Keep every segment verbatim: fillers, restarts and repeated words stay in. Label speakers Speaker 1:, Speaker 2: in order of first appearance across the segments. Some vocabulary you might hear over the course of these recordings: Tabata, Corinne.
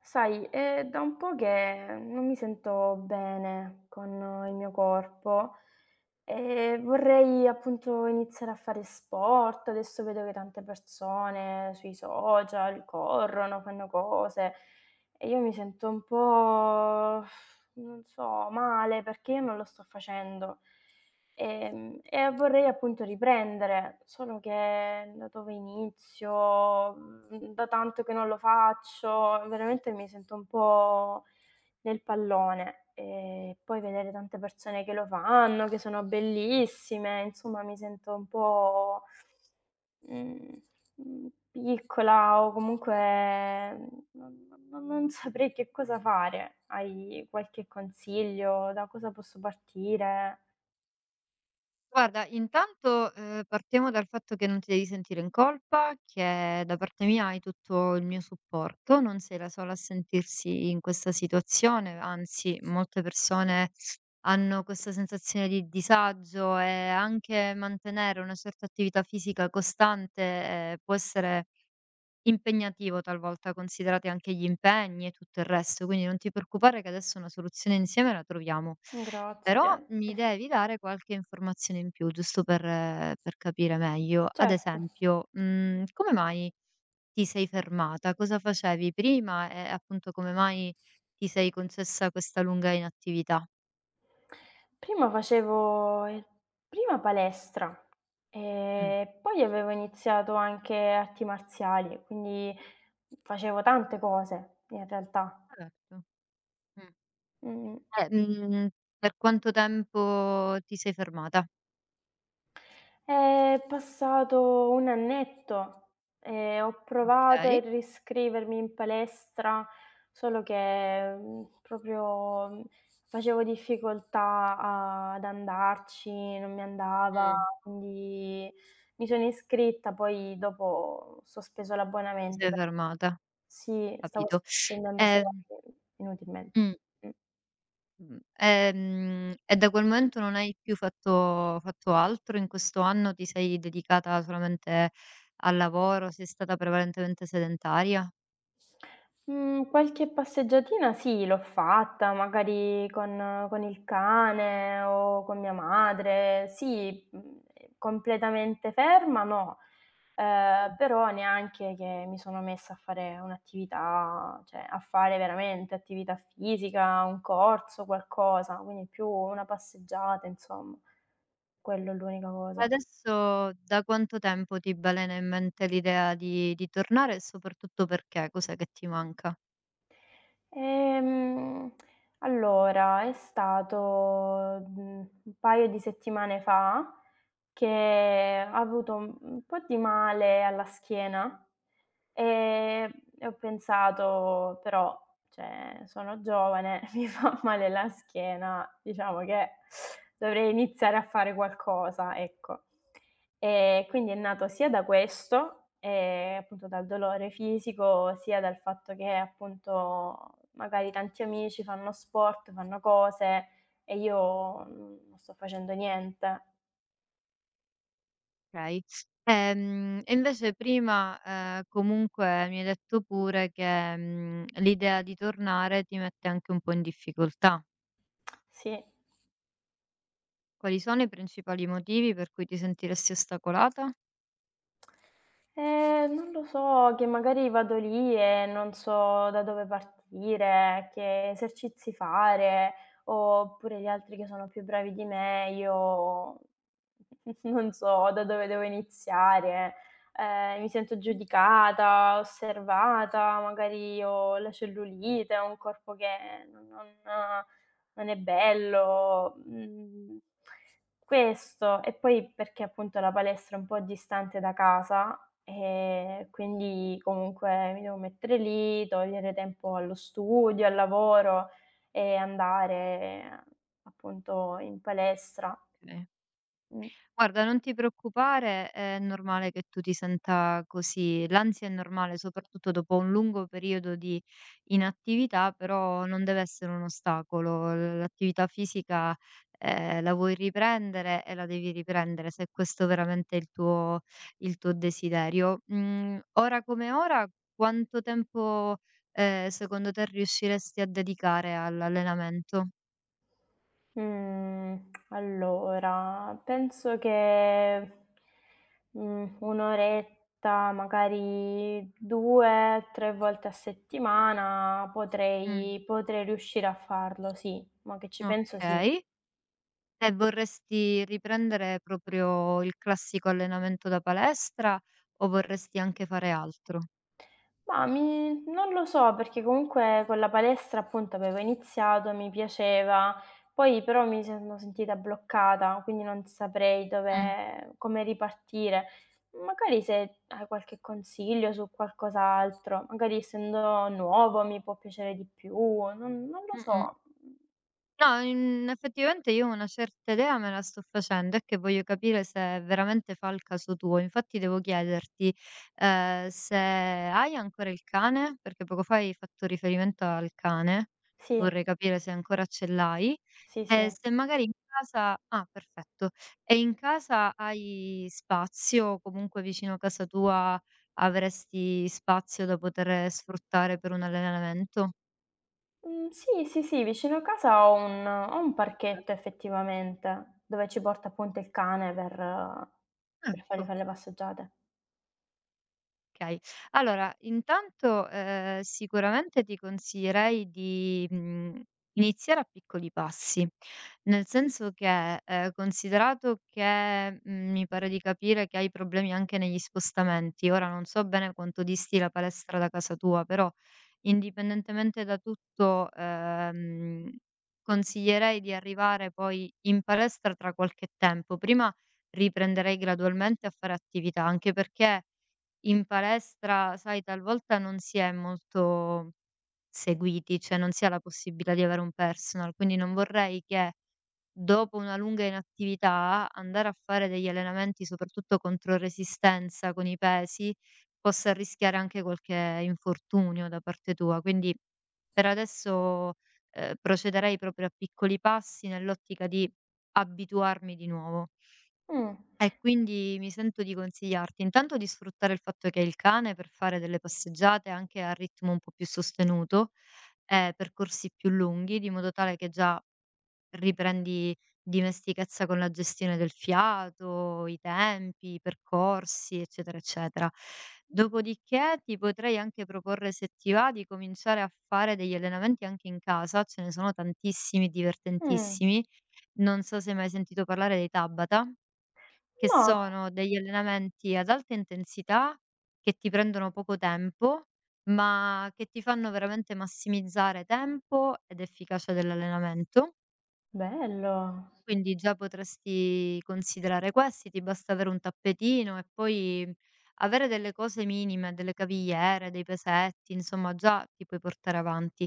Speaker 1: Sai, è da un po' che non mi sento bene con eh, il mio corpo e vorrei appunto iniziare a fare sport. Adesso vedo che tante persone sui social corrono, fanno cose e io mi sento un po', non so, male perché io non lo sto facendo. Ehm, e vorrei appunto riprendere, solo che da dove inizio? Mhmm, Da tanto che non lo faccio, veramente mi sento un po' nel pallone. E poi vedere tante persone che lo fanno, che sono bellissime, insomma mi sento un po', mhmm, mhmm, piccola o comunque mm, non non non saprei che cosa fare. Hai qualche consiglio? Da cosa posso partire?
Speaker 2: Guarda, intanto, ehm, partiamo dal fatto che non ti devi sentire in colpa, che da parte mia hai tutto il mio supporto, non sei la sola a sentirsi in questa situazione, anzi molte persone hanno questa sensazione di disagio e anche mantenere una certa attività fisica costante, ehm, può essere impegnativo talvolta, considerati anche gli impegni e tutto il resto, quindi non ti preoccupare che adesso una soluzione insieme la troviamo. Però
Speaker 1: Grazie.
Speaker 2: mi devi dare qualche informazione in più, giusto per eh, per capire meglio. Ad
Speaker 1: Certo.
Speaker 2: esempio, mhmm, come mai ti sei fermata? Cosa facevi prima e appunto come mai ti sei concessa questa lunga inattività?
Speaker 1: Prima facevo ehm, prima palestra
Speaker 2: Mh.
Speaker 1: e poi avevo iniziato anche arti marziali, quindi facevo tante cose in realtà.
Speaker 2: Certo. Mh.
Speaker 1: Mh-mh.
Speaker 2: Eh, mhmm, per quanto tempo ti sei fermata?
Speaker 1: È passato un annetto e ho provato a
Speaker 2: Okay.
Speaker 1: riscrivermi in palestra, solo che, mhmm, proprio, mhmm, facevo difficoltà a ad andarci, non mi andava,
Speaker 2: Mh.
Speaker 1: quindi mi sono iscritta, poi dopo ho sospeso
Speaker 2: Ti
Speaker 1: l'abbonamento
Speaker 2: sei
Speaker 1: perché
Speaker 2: fermata.
Speaker 1: sì, stavo
Speaker 2: Capito.
Speaker 1: spendendo
Speaker 2: Ehm
Speaker 1: soldi inutilmente.
Speaker 2: mh,
Speaker 1: Mh.
Speaker 2: mh, ehm, e da quel momento non hai più fatto fatto altro? In questo anno ti sei dedicata solamente al lavoro? Sei stata prevalentemente sedentaria?
Speaker 1: Mhmm, Qualche passeggiatina sì, l'ho fatta, magari con con il cane o con mia madre. Sì, mhmm, ehm, completamente ferma no, ehm,
Speaker 2: Mh.
Speaker 1: però neanche che mi sono messa a fare un'attività cioè a fare veramente attività fisica, un corso, qualcosa, quindi più una passeggiata insomma. Quello è l'unica cosa.
Speaker 2: Adesso da quanto tempo ti balena in mente l'idea di di tornare e soprattutto perché? Cos'è che ti manca?
Speaker 1: Ehm, allora è stato, mhmm, un paio di settimane fa che ho avuto un un po' di male alla schiena. Ehm, e ho pensato: "Però, cioè, sono giovane, mi fa male la schiena, diciamo che dovrei iniziare a fare qualcosa", ecco. E quindi è nato sia da questo, ehm, appunto dal dolore fisico, sia dal fatto che, appunto, magari tanti amici fanno sport, fanno cose e io, mhmm, non sto facendo niente.
Speaker 2: Okay. Ehm, e invece prima, ehm, comunque mi hai detto pure che, mhmm, l'idea di tornare ti mette anche un po' in difficoltà.
Speaker 1: Sì.
Speaker 2: Quali sono i principali motivi per cui ti sentiresti ostacolata?
Speaker 1: Ehm, non lo so, che magari vado lì e non so da dove partire, che esercizi fare, oppure gli altri che sono più bravi di me, io non so da dove devo iniziare. Ehm, mi sento giudicata, osservata, magari ho la cellulite, ho un corpo che non non non è bello, mhmm questo, e poi perché appunto la palestra è un po' distante da casa, ehm, quindi comunque mi devo mettere lì, togliere tempo allo studio, al lavoro e andare appunto in palestra.
Speaker 2: Okay.
Speaker 1: Mh.
Speaker 2: Guarda, non ti preoccupare, è normale che tu ti senta così. L'ansia è normale, soprattutto dopo un lungo periodo di inattività, però non deve essere un ostacolo. L- L'attività fisica, eh, la vuoi riprendere e la devi riprendere se questo veramente è il tuo, il tuo desiderio. Mm, ora come ora, quanto tempo, eh, secondo te riusciresti a dedicare all'allenamento?
Speaker 1: Mhmm, allora penso che, mhmm, un' oretta, magari due, tre volte a settimana
Speaker 2: Mm,
Speaker 1: potrei potrei riuscire a farlo, sì. Mo' che ci penso
Speaker 2: ok.
Speaker 1: sì.
Speaker 2: E vorresti riprendere proprio il classico allenamento da palestra o vorresti anche fare altro?
Speaker 1: Ma mi non lo so, perché comunque con la palestra appunto avevo iniziato, mi piaceva, poi però mi sono sentita bloccata, quindi non saprei
Speaker 2: Mh,
Speaker 1: dove come ripartire. Magari se hai qualche consiglio su qualcos'altro, magari essendo nuovo mi può piacere di più, non non lo
Speaker 2: mh-mh.
Speaker 1: so.
Speaker 2: No, in effettivamente io una certa idea me la sto facendo, è che voglio capire se veramente fa il caso tuo. Infatti devo chiederti, ehm, se hai ancora il cane, perché poco fa hai fatto riferimento al cane,
Speaker 1: Sì,
Speaker 2: vorrei capire se ancora ce l'hai.
Speaker 1: sì,
Speaker 2: Eh,
Speaker 1: sì.
Speaker 2: se magari in casa ah, perfetto. E in casa hai spazio, comunque vicino a casa tua avresti spazio da poter sfruttare per un allenamento?
Speaker 1: Mhmm, sì, sì, sì, vicino a casa ho un ho un
Speaker 2: Perfetto,
Speaker 1: parchetto effettivamente, dove ci porta appunto il cane per per fargli
Speaker 2: ecco.
Speaker 1: fare le passeggiate.
Speaker 2: Okay. Allora, intanto, ehm, sicuramente ti consiglierei di, mhmm, iniziare a piccoli passi, nel senso che, ehm, considerato che, mhmm, mi pare di capire che hai problemi anche negli spostamenti, ora non so bene quanto disti la palestra da casa tua, però indipendentemente da tutto, ehm, consiglierei di arrivare poi in palestra tra qualche tempo. Prima riprenderei gradualmente a fare attività, anche perché in palestra, sai, talvolta non si è molto seguiti, cioè non si ha la possibilità di avere un personal, quindi non vorrei che dopo una lunga inattività andare a fare degli allenamenti, soprattutto contro resistenza con i pesi, possa rischiare anche qualche infortunio da parte tua. Quindi per adesso, ehm, procederei proprio a piccoli passi nell'ottica di abituarmi di nuovo.
Speaker 1: Mh,
Speaker 2: E quindi mi sento di consigliarti intanto di sfruttare il fatto che hai il cane per fare delle passeggiate anche a ritmo un po' più sostenuto, e percorsi più lunghi, di modo tale che già riprendi dimestichezza con la gestione del fiato, i tempi, i percorsi, eccetera, eccetera. Dopodiché ti potrei anche proporre, se ti va, di cominciare a fare degli allenamenti anche in casa, ce ne sono tantissimi,
Speaker 1: mh.
Speaker 2: divertentissimi. Non so se hai mai sentito parlare dei Tabata. Che
Speaker 1: No,
Speaker 2: sono degli allenamenti ad alta intensità, che ti prendono poco tempo, ma che ti fanno veramente massimizzare tempo ed efficacia dell'allenamento.
Speaker 1: bello.
Speaker 2: Quindi già potresti considerare questi, ti basta avere un tappetino e poi avere delle cose minime, delle cavigliere, dei pesetti, insomma già ti puoi portare avanti.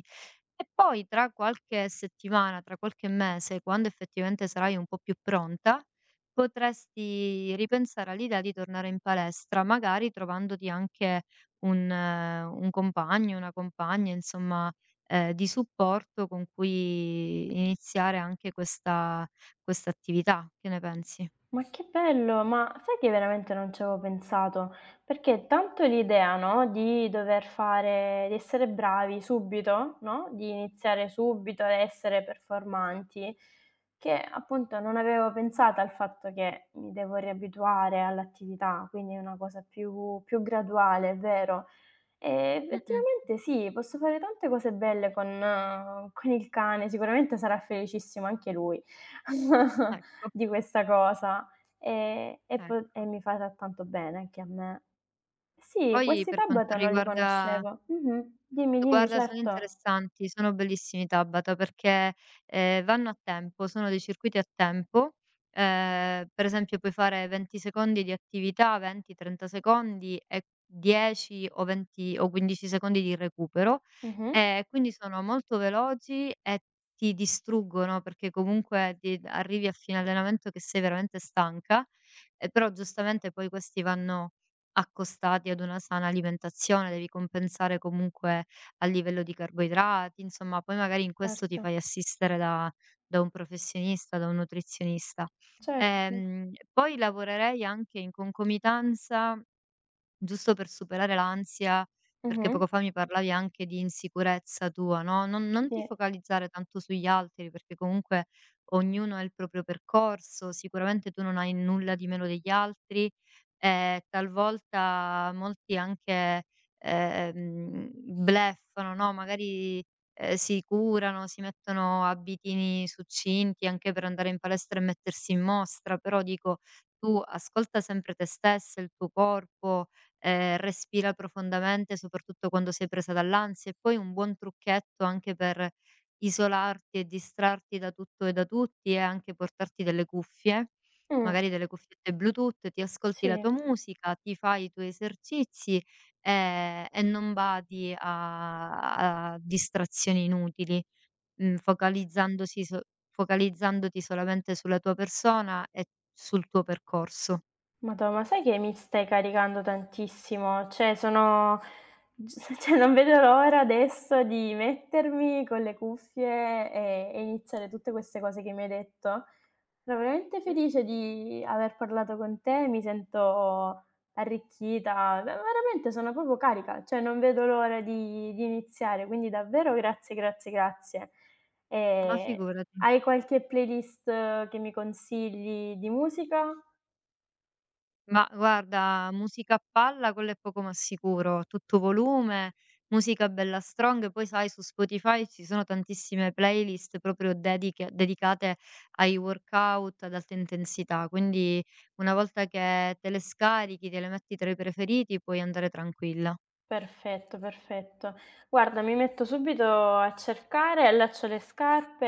Speaker 2: E poi tra qualche settimana, tra qualche mese, quando effettivamente sarai un po' più pronta, potresti ripensare all'idea di tornare in palestra, magari trovandoti anche un, eh, un compagno, una compagna, insomma, eh, di supporto con cui iniziare anche questa, questa attività. Che ne pensi?
Speaker 1: Ma che bello, ma sai che veramente non ci avevo pensato? Perché tanto l'idea, no, di dover fare di essere bravi subito, no, di iniziare subito ad essere performanti, che appunto non avevo pensato al fatto che mi devo riabituare all'attività, quindi è una cosa più più graduale, è vero. Ehm,
Speaker 2: Mm, mm.
Speaker 1: effettivamente sì, posso fare tante cose belle con eh, con il cane, sicuramente sarà felicissimo anche lui
Speaker 2: Ecco,
Speaker 1: di questa cosa, ehm, e po
Speaker 2: ecco.
Speaker 1: e mi farà tanto bene anche a me. Sì,
Speaker 2: Poi
Speaker 1: questi
Speaker 2: per quanto
Speaker 1: Tabata non li
Speaker 2: riguarda...
Speaker 1: conoscevo. Mh-mh. Dimmi, dimmi,
Speaker 2: Guarda, sono
Speaker 1: certo.
Speaker 2: interessanti, sono bellissimi i Tabata perché, ehm, vanno a tempo, sono dei circuiti a tempo. Ehm, per esempio puoi fare venti secondi di attività, venti, trenta secondi e dieci o venti o quindici secondi di recupero.
Speaker 1: Mh-mh.
Speaker 2: Ehm, quindi sono molto veloci e ti distruggono perché comunque ti arrivi a fine allenamento che sei veramente stanca, e però giustamente poi questi vanno accostati ad una sana alimentazione, devi compensare comunque a livello di carboidrati, insomma, poi magari in questo ti
Speaker 1: Certo,
Speaker 2: fai assistere da da un professionista, da un nutrizionista.
Speaker 1: certo.
Speaker 2: Ehm, poi lavorerei anche in concomitanza giusto per superare l'ansia, perché
Speaker 1: Mh-mh.
Speaker 2: poco fa mi parlavi anche di insicurezza tua, no, non non ti
Speaker 1: Sì.
Speaker 2: focalizzare tanto sugli altri, perché comunque ognuno ha il proprio percorso, sicuramente tu non hai nulla di meno degli altri e talvolta molti anche, ehm, bluffano, no, magari, ehm, si curano, si mettono abitini succinti anche per andare in palestra e mettersi in mostra, però dico, tu ascolta sempre te stessa, il tuo corpo, ehm, respira profondamente, soprattutto quando sei presa dall'ansia, e poi un buon trucchetto anche per isolarti e distrarti da tutto e da tutti è anche portarti delle cuffie,
Speaker 1: Mh.
Speaker 2: magari delle cuffiette Bluetooth, ti ascolti la
Speaker 1: Sì.
Speaker 2: tua musica, ti fai i tuoi esercizi, ehm, e non badi a a distrazioni inutili, mhmm, focalizzandosi so focalizzandoti solamente sulla tua persona e sul tuo percorso.
Speaker 1: Madò, ma sai che mi stai caricando tantissimo? Cioè sono s cioè non vedo l'ora adesso di mettermi con le cuffie e e iniziare tutte queste cose che mi hai detto. Sono veramente
Speaker 2: Mh-mh.
Speaker 1: felice di aver parlato con te, mi sento arricchita, ve veramente sono proprio carica, cioè non vedo l'ora di di iniziare, quindi davvero grazie, grazie, grazie.
Speaker 2: Ma
Speaker 1: Ehm,
Speaker 2: figurati.
Speaker 1: Hai qualche playlist che mi consigli di musica?
Speaker 2: Ma guarda, musica a palla quello è poco ma sicuro, a tutto volume, musica bella strong, poi sai su Spotify ci sono tantissime playlist proprio dediche- dedicate ai workout ad alta intensità, quindi una volta che te le scarichi, te le metti tra i preferiti, puoi andare tranquilla.
Speaker 1: Perfetto, perfetto. Guarda, mi metto subito a cercare, allaccio le scarpe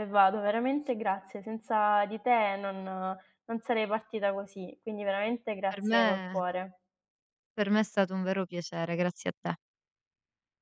Speaker 1: e vado. Veramente grazie, senza di te non non sarei partita così, quindi veramente
Speaker 2: Per me,
Speaker 1: grazie col cuore.
Speaker 2: per me è stato un vero piacere, grazie a te.